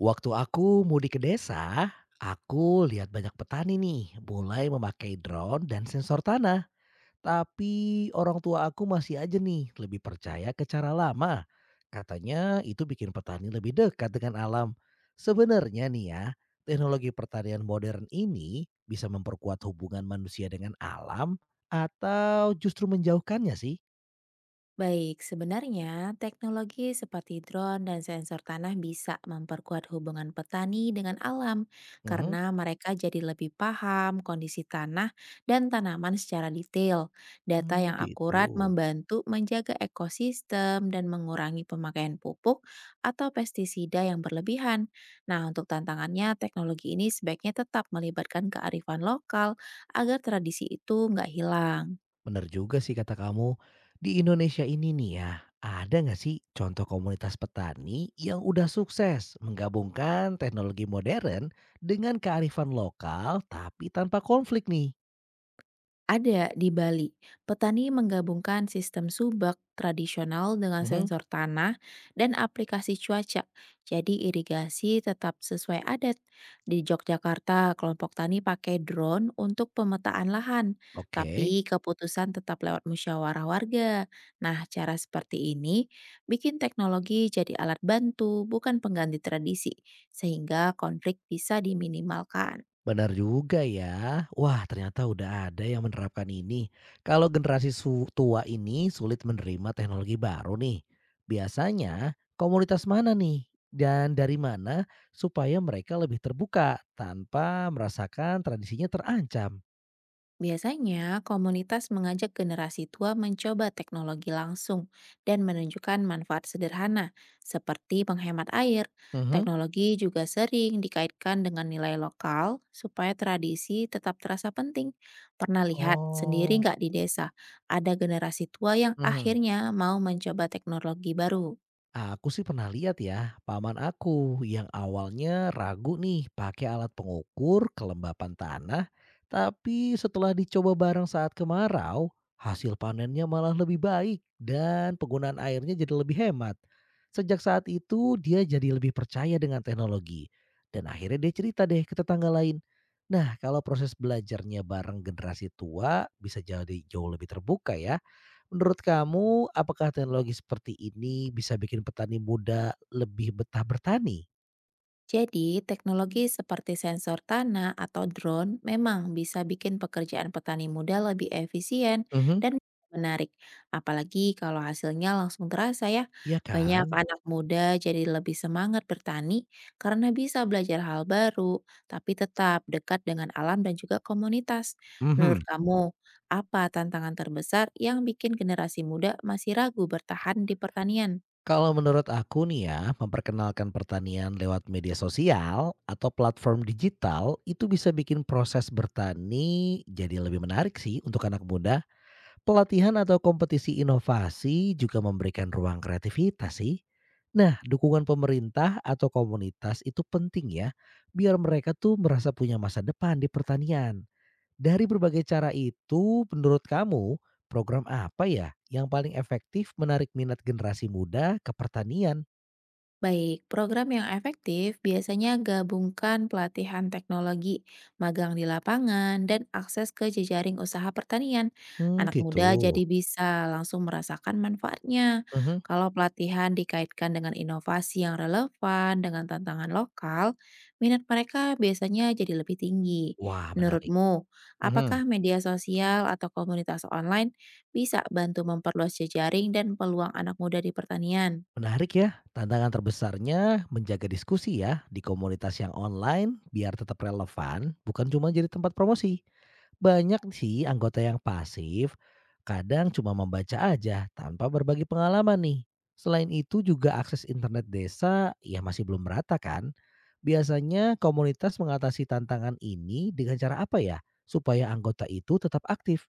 Waktu aku mudik ke desa, aku lihat banyak petani nih mulai memakai drone dan sensor tanah. Tapi orang tua aku masih aja nih lebih percaya ke cara lama. Katanya itu bikin petani lebih dekat dengan alam. Sebenarnya nih ya, teknologi pertanian modern ini bisa memperkuat hubungan manusia dengan alam atau justru menjauhkannya sih? Baik, sebenarnya teknologi seperti drone dan sensor tanah bisa memperkuat hubungan petani dengan alam Mhm. karena mereka jadi lebih paham kondisi tanah dan tanaman secara detail. Data Hmm, yang gitu. akurat membantu menjaga ekosistem dan mengurangi pemakaian pupuk atau pestisida yang berlebihan. Nah, untuk tantangannya, teknologi ini sebaiknya tetap melibatkan kearifan lokal agar tradisi itu nggak hilang. Bener juga sih kata kamu. Di Indonesia ini nih ya, ada nggak sih contoh komunitas petani yang udah sukses menggabungkan teknologi modern dengan kearifan lokal tapi tanpa konflik nih? Ada di Bali, petani menggabungkan sistem subak tradisional dengan Mhm, sensor tanah dan aplikasi cuaca. Jadi irigasi tetap sesuai adat. Di Yogyakarta, kelompok tani pakai drone untuk pemetaan lahan, oke. tapi keputusan tetap lewat musyawarah warga. Nah, cara seperti ini bikin teknologi jadi alat bantu, bukan pengganti tradisi, sehingga konflik bisa diminimalkan. Benar juga ya. Wah, ternyata udah ada yang menerapkan ini. Kalau generasi tua ini sulit menerima teknologi baru nih. Biasanya komunitas mana nih dan dari mana supaya mereka lebih terbuka tanpa merasakan tradisinya terancam? Biasanya, komunitas mengajak generasi tua mencoba teknologi langsung dan menunjukkan manfaat sederhana, seperti penghemat air. Mhm, Teknologi juga sering dikaitkan dengan nilai lokal supaya tradisi tetap terasa penting. Pernah lihat sendiri oh, nggak di desa, ada generasi tua yang mhm. akhirnya mau mencoba teknologi baru? Aku sih pernah lihat ya, paman aku yang awalnya ragu nih pakai alat pengukur kelembapan tanah, tapi setelah dicoba bareng saat kemarau, hasil panennya malah lebih baik dan penggunaan airnya jadi lebih hemat. Sejak saat itu dia jadi lebih percaya dengan teknologi dan akhirnya dia cerita deh ke tetangga lain. Nah, kalau proses belajarnya bareng generasi tua bisa jadi jauh lebih terbuka ya. Menurut kamu, apakah teknologi seperti ini bisa bikin petani muda lebih betah bertani? Jadi, teknologi seperti sensor tanah atau drone memang bisa bikin pekerjaan petani muda lebih efisien Mhm. dan menarik. Apalagi kalau hasilnya langsung terasa ya. Iya Banyak kan? anak muda jadi lebih semangat bertani karena bisa belajar hal baru, tapi tetap dekat dengan alam dan juga komunitas. Menurut Mhm. kamu, apa tantangan terbesar yang bikin generasi muda masih ragu bertahan di pertanian? Kalau menurut aku nih ya, memperkenalkan pertanian lewat media sosial atau platform digital itu bisa bikin proses bertani jadi lebih menarik sih untuk anak muda. Pelatihan atau kompetisi inovasi juga memberikan ruang kreativitas sih. Nah, dukungan pemerintah atau komunitas itu penting ya, biar mereka tuh merasa punya masa depan di pertanian. Dari berbagai cara itu, menurut kamu, program apa ya yang paling efektif menarik minat generasi muda ke pertanian? Baik, program yang efektif biasanya gabungkan pelatihan teknologi, magang di lapangan, dan akses ke jejaring usaha pertanian. Hmm, Anak gitu. muda jadi bisa langsung merasakan manfaatnya. Mhm. Kalau pelatihan dikaitkan dengan inovasi yang relevan dengan tantangan lokal, minat mereka biasanya jadi lebih tinggi. Wah, menarik. Menurutmu, apakah Mhm. media sosial atau komunitas online bisa bantu memperluas jejaring dan peluang anak muda di pertanian? Menarik ya, tantangan terbesarnya menjaga diskusi ya di komunitas yang online biar tetap relevan, bukan cuma jadi tempat promosi. Banyak sih anggota yang pasif, kadang cuma membaca aja tanpa berbagi pengalaman nih. Selain itu juga akses internet desa ya masih belum merata kan. Biasanya komunitas mengatasi tantangan ini dengan cara apa ya? Supaya anggota itu tetap aktif.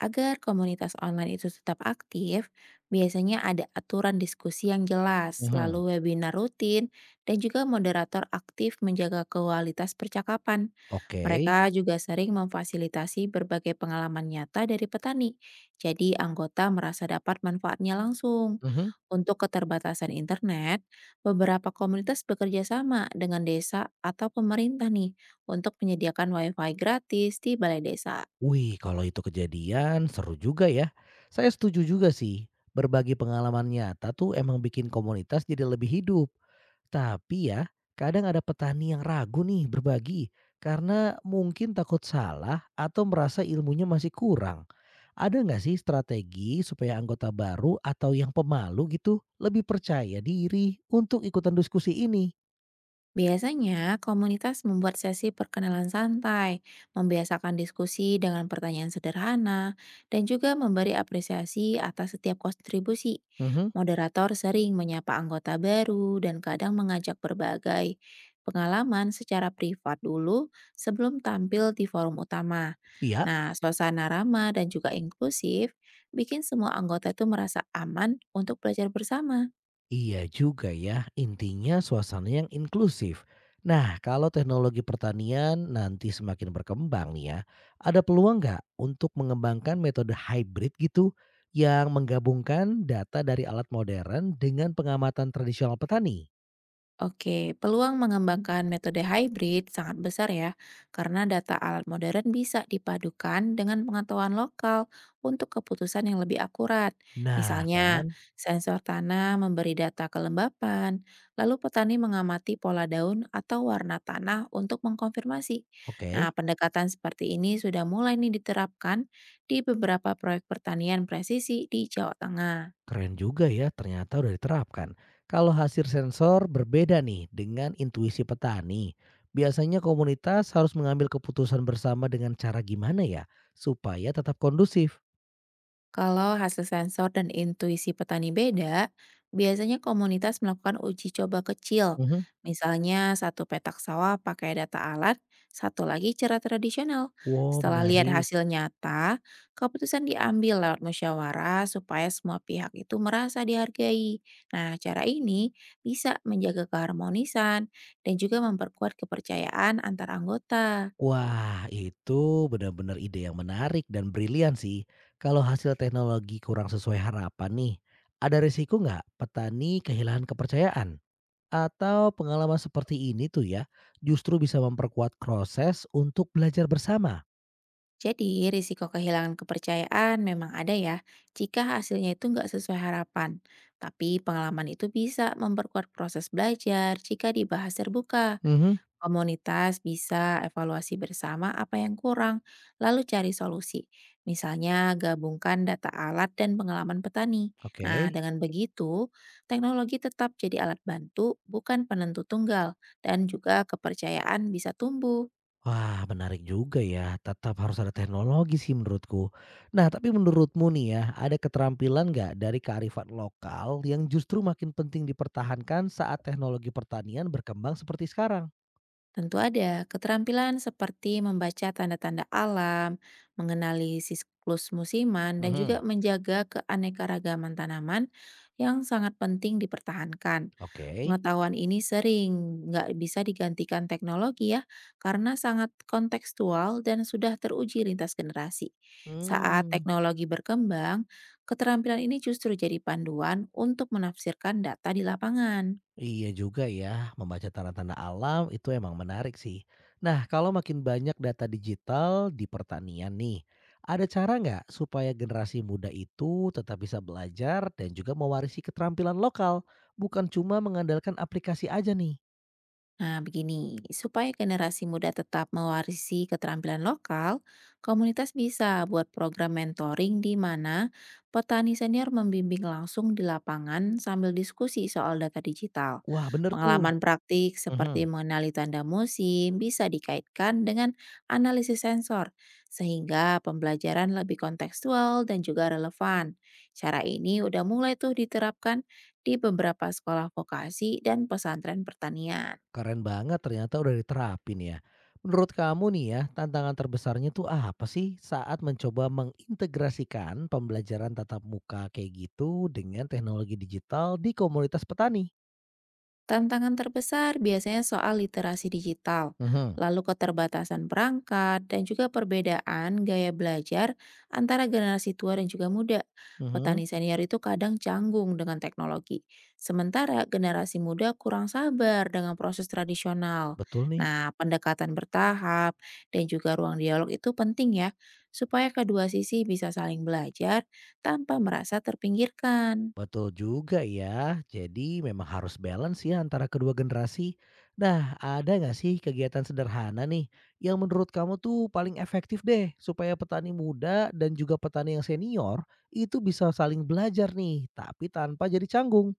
Agar komunitas online itu tetap aktif, biasanya ada aturan diskusi yang jelas, Mhm, lalu webinar rutin, dan juga moderator aktif menjaga kualitas percakapan. oke. Mereka juga sering memfasilitasi berbagai pengalaman nyata dari petani, jadi anggota merasa dapat manfaatnya langsung. Mhm. Untuk keterbatasan internet, beberapa komunitas bekerja sama dengan desa atau pemerintah nih untuk menyediakan WiFi gratis di balai desa. Wih, kalau itu kejadian seru juga ya. Saya setuju juga sih. Berbagi pengalaman nyata tuh emang bikin komunitas jadi lebih hidup. Tapi ya, kadang ada petani yang ragu nih berbagi karena mungkin takut salah atau merasa ilmunya masih kurang. Ada nggak sih strategi supaya anggota baru atau yang pemalu gitu lebih percaya diri untuk ikutan diskusi ini? Biasanya, komunitas membuat sesi perkenalan santai, membiasakan diskusi dengan pertanyaan sederhana, dan juga memberi apresiasi atas setiap kontribusi. Mhm, Moderator sering menyapa anggota baru dan kadang mengajak berbagai pengalaman secara privat dulu sebelum tampil di forum utama. iya. Nah, suasana ramah dan juga inklusif bikin semua anggota itu merasa aman untuk belajar bersama. Iya juga ya, intinya suasana yang inklusif. Nah, kalau teknologi pertanian nanti semakin berkembang nih ya, ada peluang nggak untuk mengembangkan metode hybrid gitu yang menggabungkan data dari alat modern dengan pengamatan tradisional petani? Oke, peluang mengembangkan metode hybrid sangat besar ya, karena data alat modern bisa dipadukan dengan pengetahuan lokal untuk keputusan yang lebih akurat. Nah Misalnya, kan, sensor tanah memberi data kelembapan, lalu petani mengamati pola daun atau warna tanah untuk mengkonfirmasi. Nah, oke. pendekatan seperti ini sudah mulai nih diterapkan di beberapa proyek pertanian presisi di Jawa Tengah. Keren juga ya, ternyata udah diterapkan. Kalau hasil sensor berbeda nih dengan intuisi petani, biasanya komunitas harus mengambil keputusan bersama dengan cara gimana ya supaya tetap kondusif? Kalau hasil sensor dan intuisi petani beda, biasanya komunitas melakukan uji coba kecil. Mhm. Misalnya satu petak sawah pakai data alat, satu lagi cara tradisional. Wow, Setelah lihat menarik. hasil nyata, keputusan diambil lewat musyawarah supaya semua pihak itu merasa dihargai. Nah, cara ini bisa menjaga keharmonisan dan juga memperkuat kepercayaan antar anggota. Wah, itu benar-benar ide yang menarik dan brilian sih. Kalau hasil teknologi kurang sesuai harapan nih, ada risiko nggak petani kehilangan kepercayaan? Atau pengalaman seperti ini tuh ya, justru bisa memperkuat proses untuk belajar bersama? Jadi, risiko kehilangan kepercayaan memang ada ya, jika hasilnya itu nggak sesuai harapan. Tapi pengalaman itu bisa memperkuat proses belajar jika dibahas terbuka. Mhm. Komunitas bisa evaluasi bersama apa yang kurang, lalu cari solusi. Misalnya, gabungkan data alat dan pengalaman petani. Nah, Oke. dengan begitu, teknologi tetap jadi alat bantu, bukan penentu tunggal, dan juga kepercayaan bisa tumbuh. Wah, menarik juga ya. Tetap harus ada teknologi sih menurutku. Nah, tapi menurutmu nih ya, ada keterampilan nggak dari kearifan lokal yang justru makin penting dipertahankan saat teknologi pertanian berkembang seperti sekarang? Tentu ada keterampilan seperti membaca tanda-tanda alam, mengenali siklus musiman, dan Mhm. juga menjaga keanekaragaman tanaman yang sangat penting dipertahankan. Oke. Pengetahuan ini sering nggak bisa digantikan teknologi ya, karena sangat kontekstual dan sudah teruji lintas generasi. Saat Hmm. teknologi berkembang, keterampilan ini justru jadi panduan untuk menafsirkan data di lapangan. Iya juga ya, membaca tanda-tanda alam itu emang menarik sih. Nah, kalau makin banyak data digital di pertanian nih, ada cara nggak supaya generasi muda itu tetap bisa belajar dan juga mewarisi keterampilan lokal, bukan cuma mengandalkan aplikasi aja nih? Nah, begini, supaya generasi muda tetap mewarisi keterampilan lokal, komunitas bisa buat program mentoring di mana petani senior membimbing langsung di lapangan sambil diskusi soal data digital. Wah, bener tuh. Pengalaman praktik seperti Mhm. mengenali tanda musim bisa dikaitkan dengan analisis sensor, sehingga pembelajaran lebih kontekstual dan juga relevan. Cara ini udah mulai tuh diterapkan di beberapa sekolah vokasi dan pesantren pertanian. Keren banget ternyata udah diterapin ya. Menurut kamu nih ya, tantangan terbesarnya tuh apa sih saat mencoba mengintegrasikan pembelajaran tatap muka kayak gitu dengan teknologi digital di komunitas petani? Tantangan terbesar biasanya soal literasi digital, Mhm, lalu keterbatasan perangkat, dan juga perbedaan gaya belajar antara generasi tua dan juga muda. mhm, Petani senior itu kadang canggung dengan teknologi, sementara generasi muda kurang sabar dengan proses tradisional. betul nih. Nah, pendekatan bertahap dan juga ruang dialog itu penting ya, supaya kedua sisi bisa saling belajar tanpa merasa terpinggirkan. Betul juga ya. Jadi memang harus balance ya antara kedua generasi. Nah, ada nggak sih kegiatan sederhana nih yang menurut kamu tuh paling efektif deh supaya petani muda dan juga petani yang senior itu bisa saling belajar nih, tapi tanpa jadi canggung?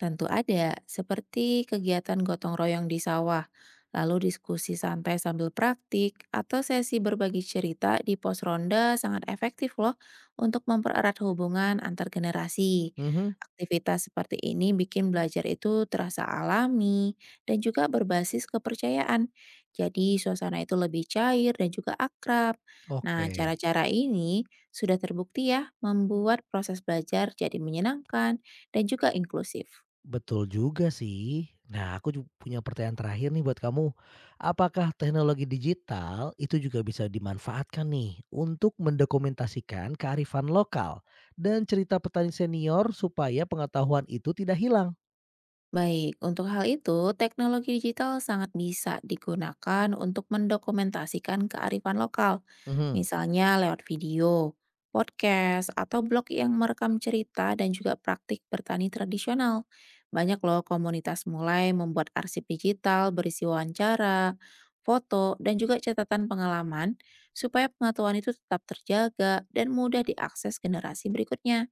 Tentu ada, seperti kegiatan gotong royong di sawah, lalu diskusi santai sambil praktik, atau sesi berbagi cerita di pos ronda sangat efektif loh untuk mempererat hubungan antar generasi. Mhm, Aktivitas seperti ini bikin belajar itu terasa alami dan juga berbasis kepercayaan. Jadi suasana itu lebih cair dan juga akrab. oke. Nah, cara-cara ini sudah terbukti ya membuat proses belajar jadi menyenangkan dan juga inklusif. Betul juga sih. Nah, aku punya pertanyaan terakhir nih buat kamu. Apakah teknologi digital itu juga bisa dimanfaatkan nih untuk mendokumentasikan kearifan lokal dan cerita petani senior supaya pengetahuan itu tidak hilang? Baik, untuk hal itu, teknologi digital sangat bisa digunakan untuk mendokumentasikan kearifan lokal, Mhm, misalnya lewat video, podcast, atau blog yang merekam cerita dan juga praktik bertani tradisional. Banyak loh komunitas mulai membuat arsip digital berisi wawancara, foto, dan juga catatan pengalaman supaya pengetahuan itu tetap terjaga dan mudah diakses generasi berikutnya.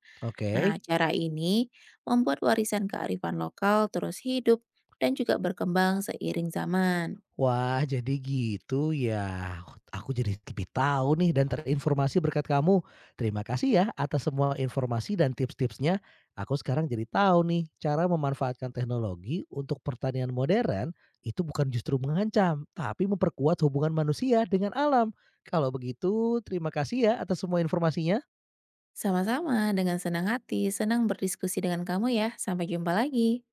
Nah, oke. cara ini membuat warisan kearifan lokal terus hidup dan juga berkembang seiring zaman. Wah, jadi gitu ya. Aku jadi lebih tahu nih dan terinformasi berkat kamu. Terima kasih ya atas semua informasi dan tips-tipsnya. Aku sekarang jadi tahu nih cara memanfaatkan teknologi untuk pertanian modern itu bukan justru mengancam, tapi memperkuat hubungan manusia dengan alam. Kalau begitu, terima kasih ya atas semua informasinya. Sama-sama dengan senang hati, senang berdiskusi dengan kamu ya. Sampai jumpa lagi.